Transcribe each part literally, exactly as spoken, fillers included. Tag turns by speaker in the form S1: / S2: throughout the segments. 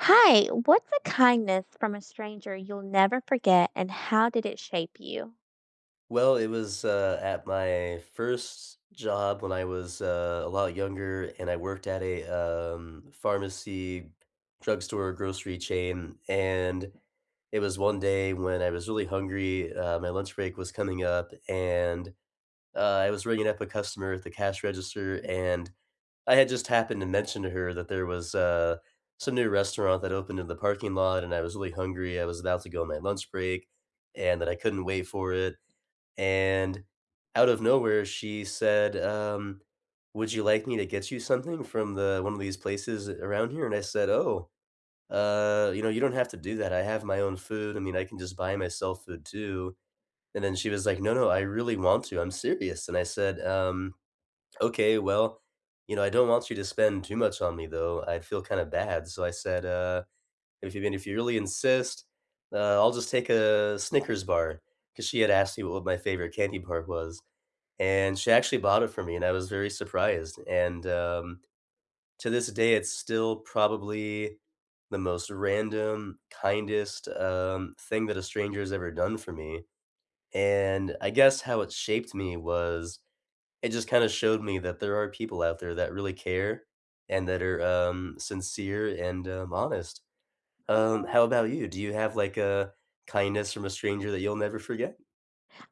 S1: Hi, what's a kindness from a stranger you'll never forget and how did it shape you?
S2: Well, it was, uh, at my first job when I was, uh, a lot younger, and I worked at a, um, pharmacy, drugstore, grocery chain, and it was one day when I was really hungry. Uh, my lunch break was coming up, and, uh, I was ringing up a customer at the cash register, and I had just happened to mention to her that there was, uh, some new restaurant that opened in the parking lot, and I was really hungry, I was about to go on my lunch break, and that I couldn't wait for it, and out of nowhere, she said, um, "Would you like me to get you something from the one of these places around here?" And I said, "Oh, uh, you know, you don't have to do that. I have my own food. I mean, I can just buy myself food too." And then she was like, "No, no, I really want to. I'm serious." And I said, um, "Okay, well, you know, I don't want you to spend too much on me though. I'd feel kind of bad." So I said, uh, "If you mean if you really insist, uh, I'll just take a Snickers bar." Because she had asked me what my favorite candy bar was and she actually bought it for me, and I was very surprised, and, um, to this day, it's still probably the most random, kindest, um, thing that a stranger has ever done for me, and I guess how it shaped me was it just kinda showed me that there are people out there that really care and that are, um, sincere and, um, honest. Um,
S1: Oh,
S2: how about you? Do you have, like, a kindness from a stranger that you'll never forget?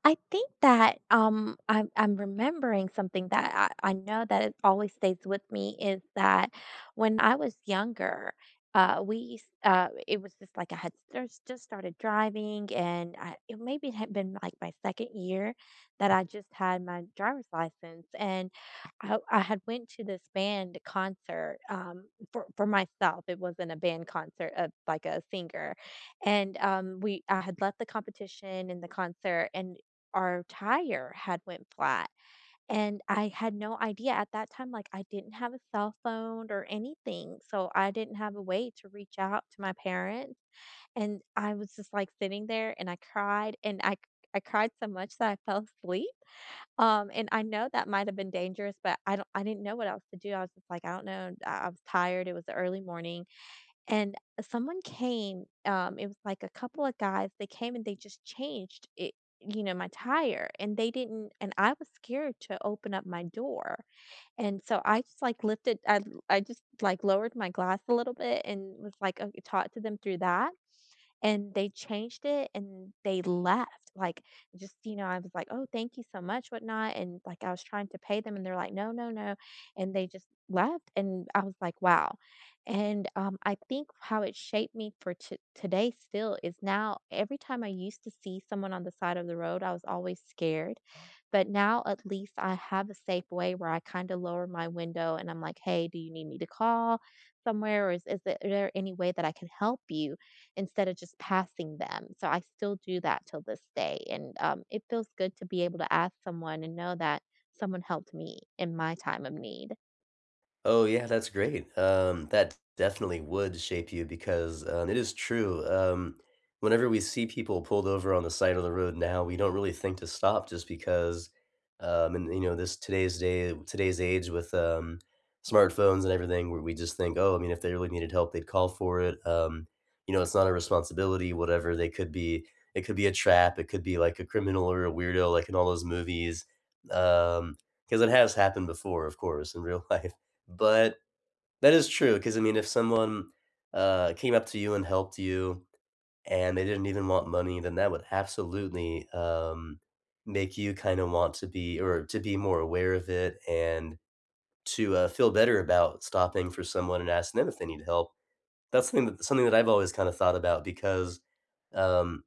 S1: I think that, um, I'm I'm remembering something that I I know that it always stays with me is that when I was younger, uh, we used uh, it was just like I had just just started driving and I, it maybe it had been like my second year that I just had my driver's license and I, I had went to this band concert, um, for, for myself. It wasn't a band concert of like a singer and um, we I had left the competition in the concert, and our tire had went flat and I had no idea at that time. Like, I didn't have a cell phone or anything, so I didn't have a way to reach out to my parents, and I was just like sitting there and I cried and I I cried so much that I fell asleep. Um and I know that might have been dangerous, but I don't I didn't know what else to do. I was just like, I don't know. I, I was tired. It was the early morning and uh, someone came. Um, it was like a couple of guys, they came and they just changed it, you know, my tire, and they didn't, and I was scared to open up my door. And so I just like lifted, I I just like lowered my glass a little bit and was like, uh, talked to them through that, and they changed it and they left. Like, just, you know, I was like, oh, thank you so much, whatnot. And like, I was trying to pay them, and they're like, no, no, no. And they just left. And I was like, wow. And um, I think how it shaped me for t- today still is, now every time I used to see someone on the side of the road, I was always scared. But now at least I have a safe way where I kind of lower my window and I'm like, hey, do you need me to call somewhere? Or is, is there there any way that I can help you, instead of just passing them? So I still do that till this day. And um, it feels good to be able to ask someone and know that someone helped me in my time of need.
S2: Oh, yeah, that's great. Um, that definitely would shape you because um, it is true. Um, whenever we see people pulled over on the side of the road now, we don't really think to stop just because, um, and you know, this today's day, today's age with um, smartphones and everything, where we just think, oh, I mean, if they really needed help, they'd call for it. Um, you know, it's not a responsibility, whatever. They could be, it could be a trap, it could be like a criminal or a weirdo, like in all those movies. Um, because it has happened before, of course, in real life. But that is true, because I mean, if someone, uh, came up to you and helped you, and they didn't even want money, then that would absolutely, um, make you kinda want to be or to be more aware of it and to, uh, feel better about stopping for someone and asking them if they need help. That's something that something that I've always kinda thought about because, um,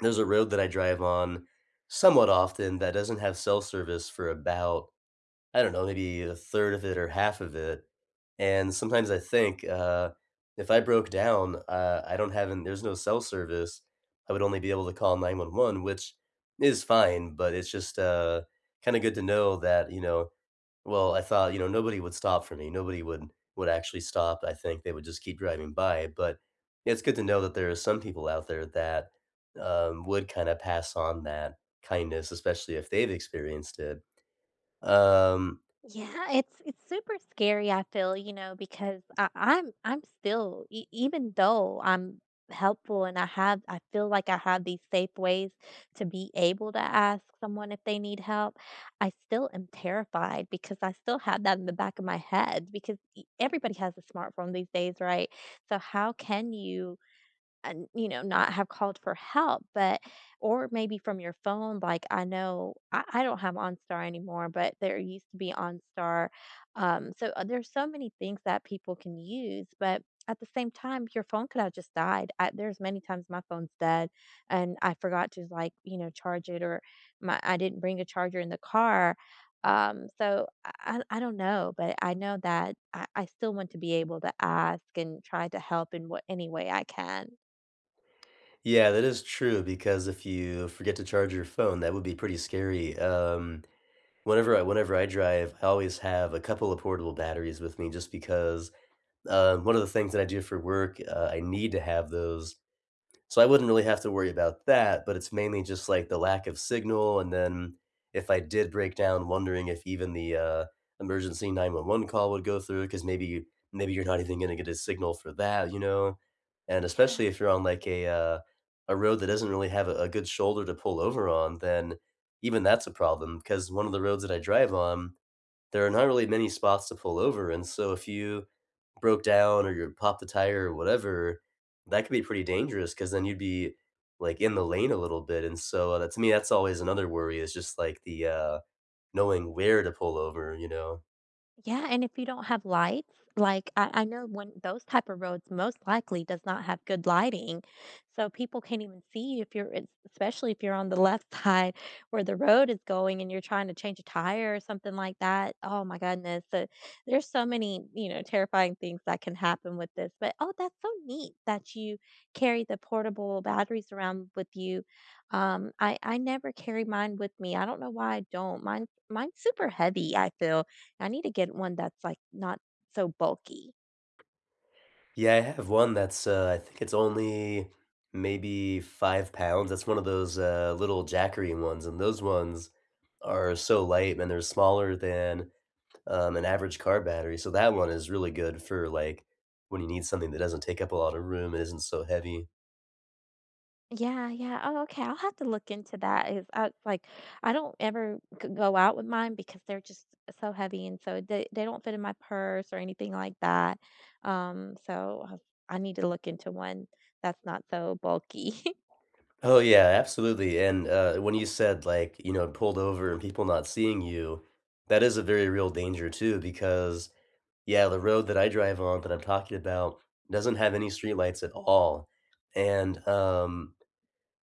S2: there's a road that I drive on somewhat often that doesn't have cell service for about I don't know, maybe a third of it or half of it. And sometimes I think, uh, if I broke down, uh, I don't have an there's no cell service. I would only be able to call nine one one, which is fine, but it's just, uh, kinda good to know that, you know, well, I thought, you know, nobody would stop for me. Nobody would would actually stop. I think they would just keep driving by, but it's good to know that there are some people out there that, um, would kinda pass on that kindness, especially if they've experienced it. Um,
S1: Yeah, it's it's super scary, I feel, you know, because I, I'm I'm still, e- even though I'm helpful and I have I feel like I have these safe ways to be able to ask someone if they need help, I still am terrified because I still have that in the back of my head, because e- everybody has a smartphone these days, right? So how can you and, you know, not have called for help? But or maybe from your phone, like, I know i, I don't have OnStar anymore, but there used to be OnStar. Um, so uh, there's so many things that people can use, but at the same time, your phone could have just died. I, there's many times my phone's dead and I forgot to, like, you know, charge it, or my I didn't bring a charger in the car. um so i i I don't know, but I know that I, I still want to be able to ask and try to help in what any way I can.
S2: Yeah, that is true because if you forget to charge your phone, that would be pretty scary. Um, whenever I whenever I drive, I always have a couple of portable batteries with me just because, um, one of the things that I do for work, uh, I need to have those so I wouldn't really have to worry about that, but it's mainly just, like, the lack of signal, and then if I did break down, wondering if even the, uh, emergency nine one one call would go through, because maybe maybe you're not even gonna get a signal for that, you know? And especially
S1: Yeah,
S2: if you're on, like, a, uh, a road that doesn't really have a a good shoulder to pull over on, then even that's a problem because one of the roads that I drive on, there are not really many spots to pull over, and so if you broke down or you pop the tire or whatever, that could be pretty dangerous because then you'd be, like, in the lane a little bit, and so, uh, to me, that's always another worry is just, like, the, uh, knowing where to pull over, you know?
S1: yeah, and if you don't have lights, like, I I know when those type of roads most likely does not have good lighting, so people can't even see you if you're, es especially if you're on the left side where the road is going and you're trying to change a tire or something like that. Oh my goodness, the there's so many, you know, terrifying things that can happen with this, but, oh, that's so neat that you carry the portable batteries around with you. Um, I I never carry mine with me, I don't know why I don't. Mine mine's super heavy, I feel. I need to get one that's, like, not so bulky.
S2: Yeah, I have one that's, uh, I think it's only maybe five pounds. That's one of those, uh, little Jackery ones, and those ones are so light, man, they're smaller than, um, an average car battery, so that one is really good for, like, when you need something that doesn't take up a lot of room and isn't so heavy.
S1: Yeah, yeah. Oh, okay, I'll have to look into that. Is I like, I don't ever g go out with mine because they're just so heavy, and so they they don't fit in my purse or anything like that, um, so, I I need to look into one that's not so bulky.
S2: Oh yeah, absolutely. And uh, when you said like, you know, pulled over and people not seeing you, that is a very real danger too, because yeah, the road that I drive on that I'm talking about doesn't have any streetlights at all. And um,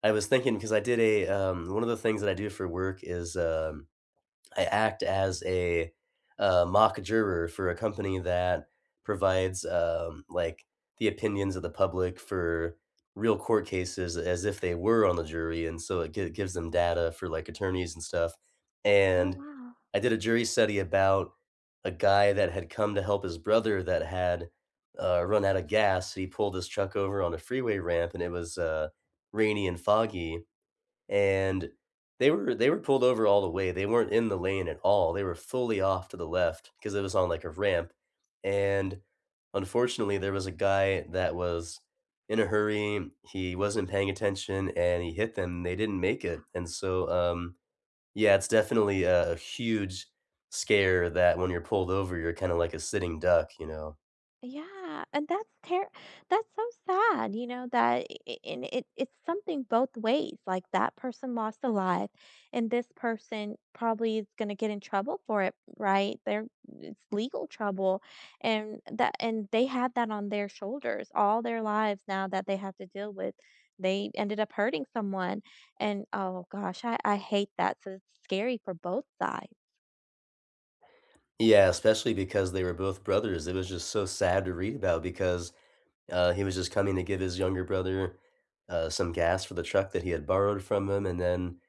S2: I was thinking because I did a um, one of the things that I do for work is um, I act as a, uh, mock juror for a company that provides, um, like, the opinions of the public for real court cases as if they were on the jury, and so it gi gives them data for, like, attorneys and stuff,
S1: Oh,
S2: and
S1: wow.
S2: I did a jury study about a guy that had come to help his brother that had, uh, run out of gas. He pulled his truck over on a freeway ramp, and it was, uh, rainy and foggy, and they were they were pulled over all the way, they weren't in the lane at all, they were fully off to the left because it was on, like, a ramp, and, unfortunately, there was a guy that was in a hurry, he wasn't paying attention, and he hit them, they didn't make it, and so, um, yeah, it's definitely a a huge scare that when you're pulled over, you're kinda like a sitting duck, you know?
S1: Yeah, and that's ter that's so sad, you know, that I I and it it's something both ways, like, that person lost a life, and this person probably is gonna get in trouble for it, right? They're, it's legal trouble, and that, and they had that on their shoulders all their lives now that they have to deal with. They ended up hurting someone, and, oh gosh, I I hate that, so it's scary for both sides.
S2: Yeah, especially because they were both brothers, it was just so sad to read about because Uh, he was just coming to give his younger brother, uh, some gas for the truck that he had borrowed from him, and then,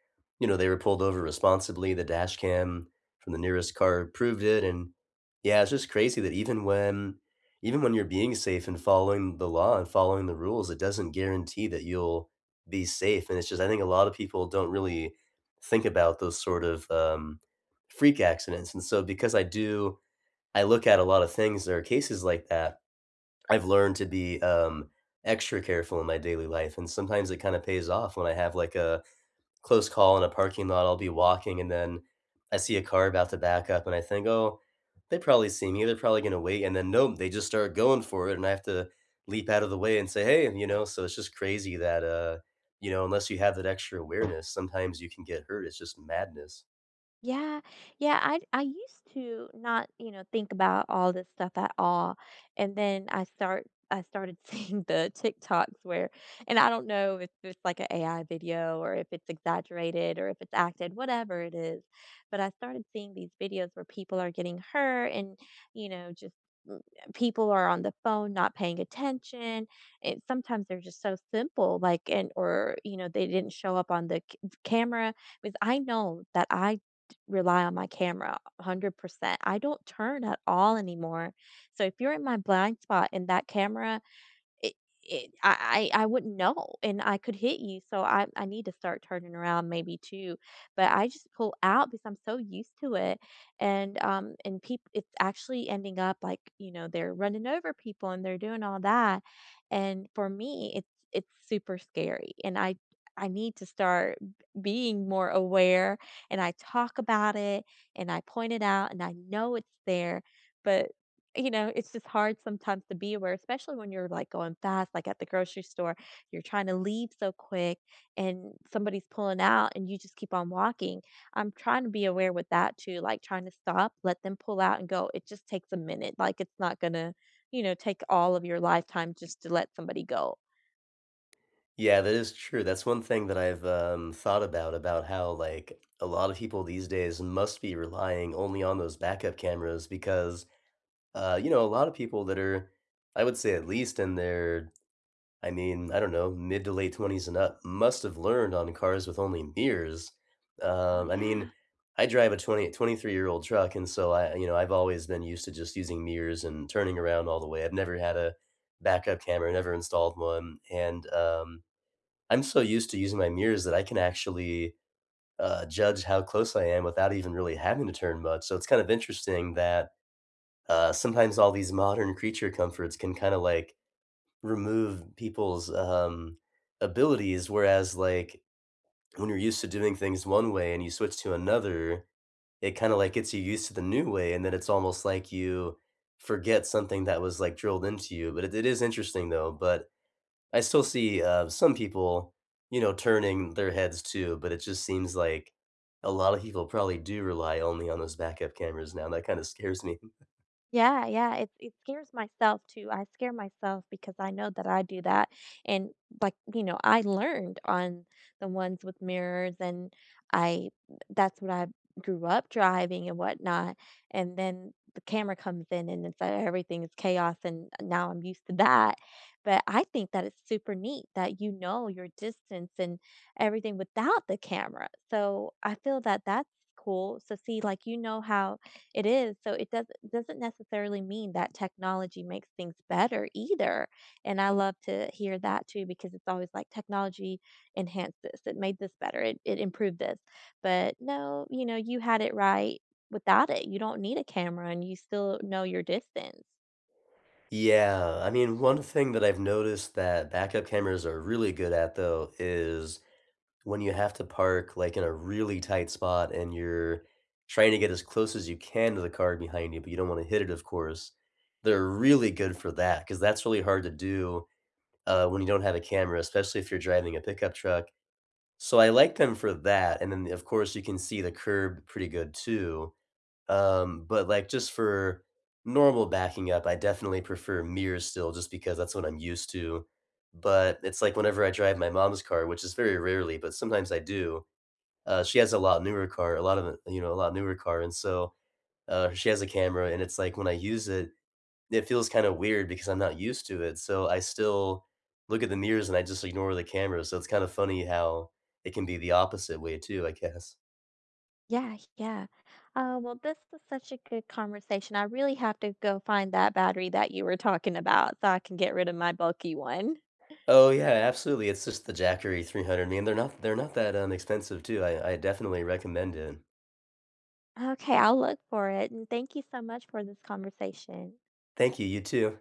S2: you know, they were pulled over responsibly, the dash cam from the nearest car proved it, and yeah, it's just crazy that even when even when you're being safe and following the law and following the rules, it doesn't guarantee that you'll be safe, and it's just I think a lot of people don't really think about those sort of, um, freak accidents, and so because I do I look at a lot of things, there are cases like that I've learned to be, um, extra careful in my daily life, and sometimes it kinda pays off when I have, like, a close call in a parking lot, I'll be walking, and then I see a car about to back up, and I think, "Oh, they probably see me, they're probably gonna wait," and then, nope, they just start going for it, and I have to leap out of the way and say, "Hey," you know? So it's just crazy that, uh, you know, unless you have that extra awareness, sometimes you can get hurt, it's just madness.
S1: Yeah, yeah, I I used to not, you know, think about all this stuff at all, and then I start I started seeing the TikToks where, and I don't know if it's like an A I video or if it's exaggerated or if it's acted, whatever it is, but I started seeing these videos where people are getting hurt and, you know, just mm, people are on the phone not paying attention. It sometimes they're just so simple, like, and or you know they didn't show up on the c- camera, because I know that I rely on my camera one hundred percent. I don't turn at all anymore. So if you're in my blind spot and that camera, it it I I I wouldn't know, and I could hit you. So I I need to start turning around maybe too, but I just pull out because I'm so used to it. And, um, and people, it's actually ending up like, you know, they're running over people and they're doing all that, and for me, it's it's super scary, and I I need to start b being more aware, and I talk about it, and I point it out, and I know it's there, but, you know, it's just hard sometimes to be aware, especially when you're like going fast, like at the grocery store, you're trying to leave so quick and somebody's pulling out and you just keep on walking. I'm trying to be aware with that too, like trying to stop, let them pull out and go. It just takes a minute. Like it's not going to, you know, take all of your lifetime just to let somebody go.
S2: Yeah, that is true. That's one thing that I've um, thought about, about how like a lot of people these days must be relying only on those backup cameras because uh, you know, a lot of people that are, I would say at least in their, I mean, I don't know, mid to late twenties and up must have learned on cars with only mirrors.
S1: Oh,
S2: Um, I
S1: yeah.
S2: mean, I drive a twenty twenty three year old truck, and so I, you know, I've always been used to just using mirrors and turning around all the way. I've never had a backup camera, never installed one, and um I'm so used to using my mirrors that I can actually, uh, judge how close I am without even really having to turn much, so it's kind of interesting that, uh, sometimes all these modern creature comforts can kinda, like, remove people's, um, abilities, whereas, like, when you're used to doing things one way and you switch to another, it kinda, like, gets you used to the new way, and then it's almost like you forget something that was, like, drilled into you, but it it is interesting, though, but I still see, uh, some people, you know, turning their heads too, but it just seems like a lot of people probably do rely only on those backup cameras now, and that kinda scares me.
S1: Yeah, yeah, it it scares myself too. I scare myself because I know that I do that, and like, you know, I learned on the ones with mirrors, and I, that's what I grew up driving and whatnot, and then the camera comes in, and it's like everything is chaos, and now I'm used to that, but I think that it's super neat that you know your distance and everything without the camera, so I feel that that's cool. So see, like, you know how it is, so it doesn't doesn't necessarily mean that technology makes things better either, and I love to hear that too, because it's always like technology enhanced this, it made this better, it it improved this, but no, you know, you had it right without it, you don't need a camera and you still know your distance.
S2: Yeah, I mean, one thing that I've noticed that backup cameras are really good at, though, is when you have to park, like, in a really tight spot and you're trying to get as close as you can to the car behind you, but you don't wanna hit it, of course. They're really good for that because that's really hard to do, uh, when you don't have a camera, especially if you're driving a pickup truck. So I like them for that, and then, of course, you can see the curb pretty good too, um, but, like, just for normal backing up, I definitely prefer mirrors still just because that's what I'm used to, but it's like whenever I drive my mom's car, which is very rarely, but sometimes I do, uh, she has a lot newer car, a lot of, you know, a lot newer car, and so, uh, she has a camera, and it's like when I use it, it feels kinda weird because I'm not used to it, so I still look at the mirrors and I just ignore the camera, so it's kind of funny how it can be the opposite way too, I guess.
S1: Yeah, yeah. Oh, well, this was such a good conversation, I really have to go find that battery that you were talking about so I can get rid of my bulky one.
S2: Oh, yeah, absolutely, it's just the Jackery three hundred, man, they're not they're not that, um, expensive too, I I definitely recommend it.
S1: Okay, I'll look for it. And thank you so much for this conversation.
S2: Thank you, you too.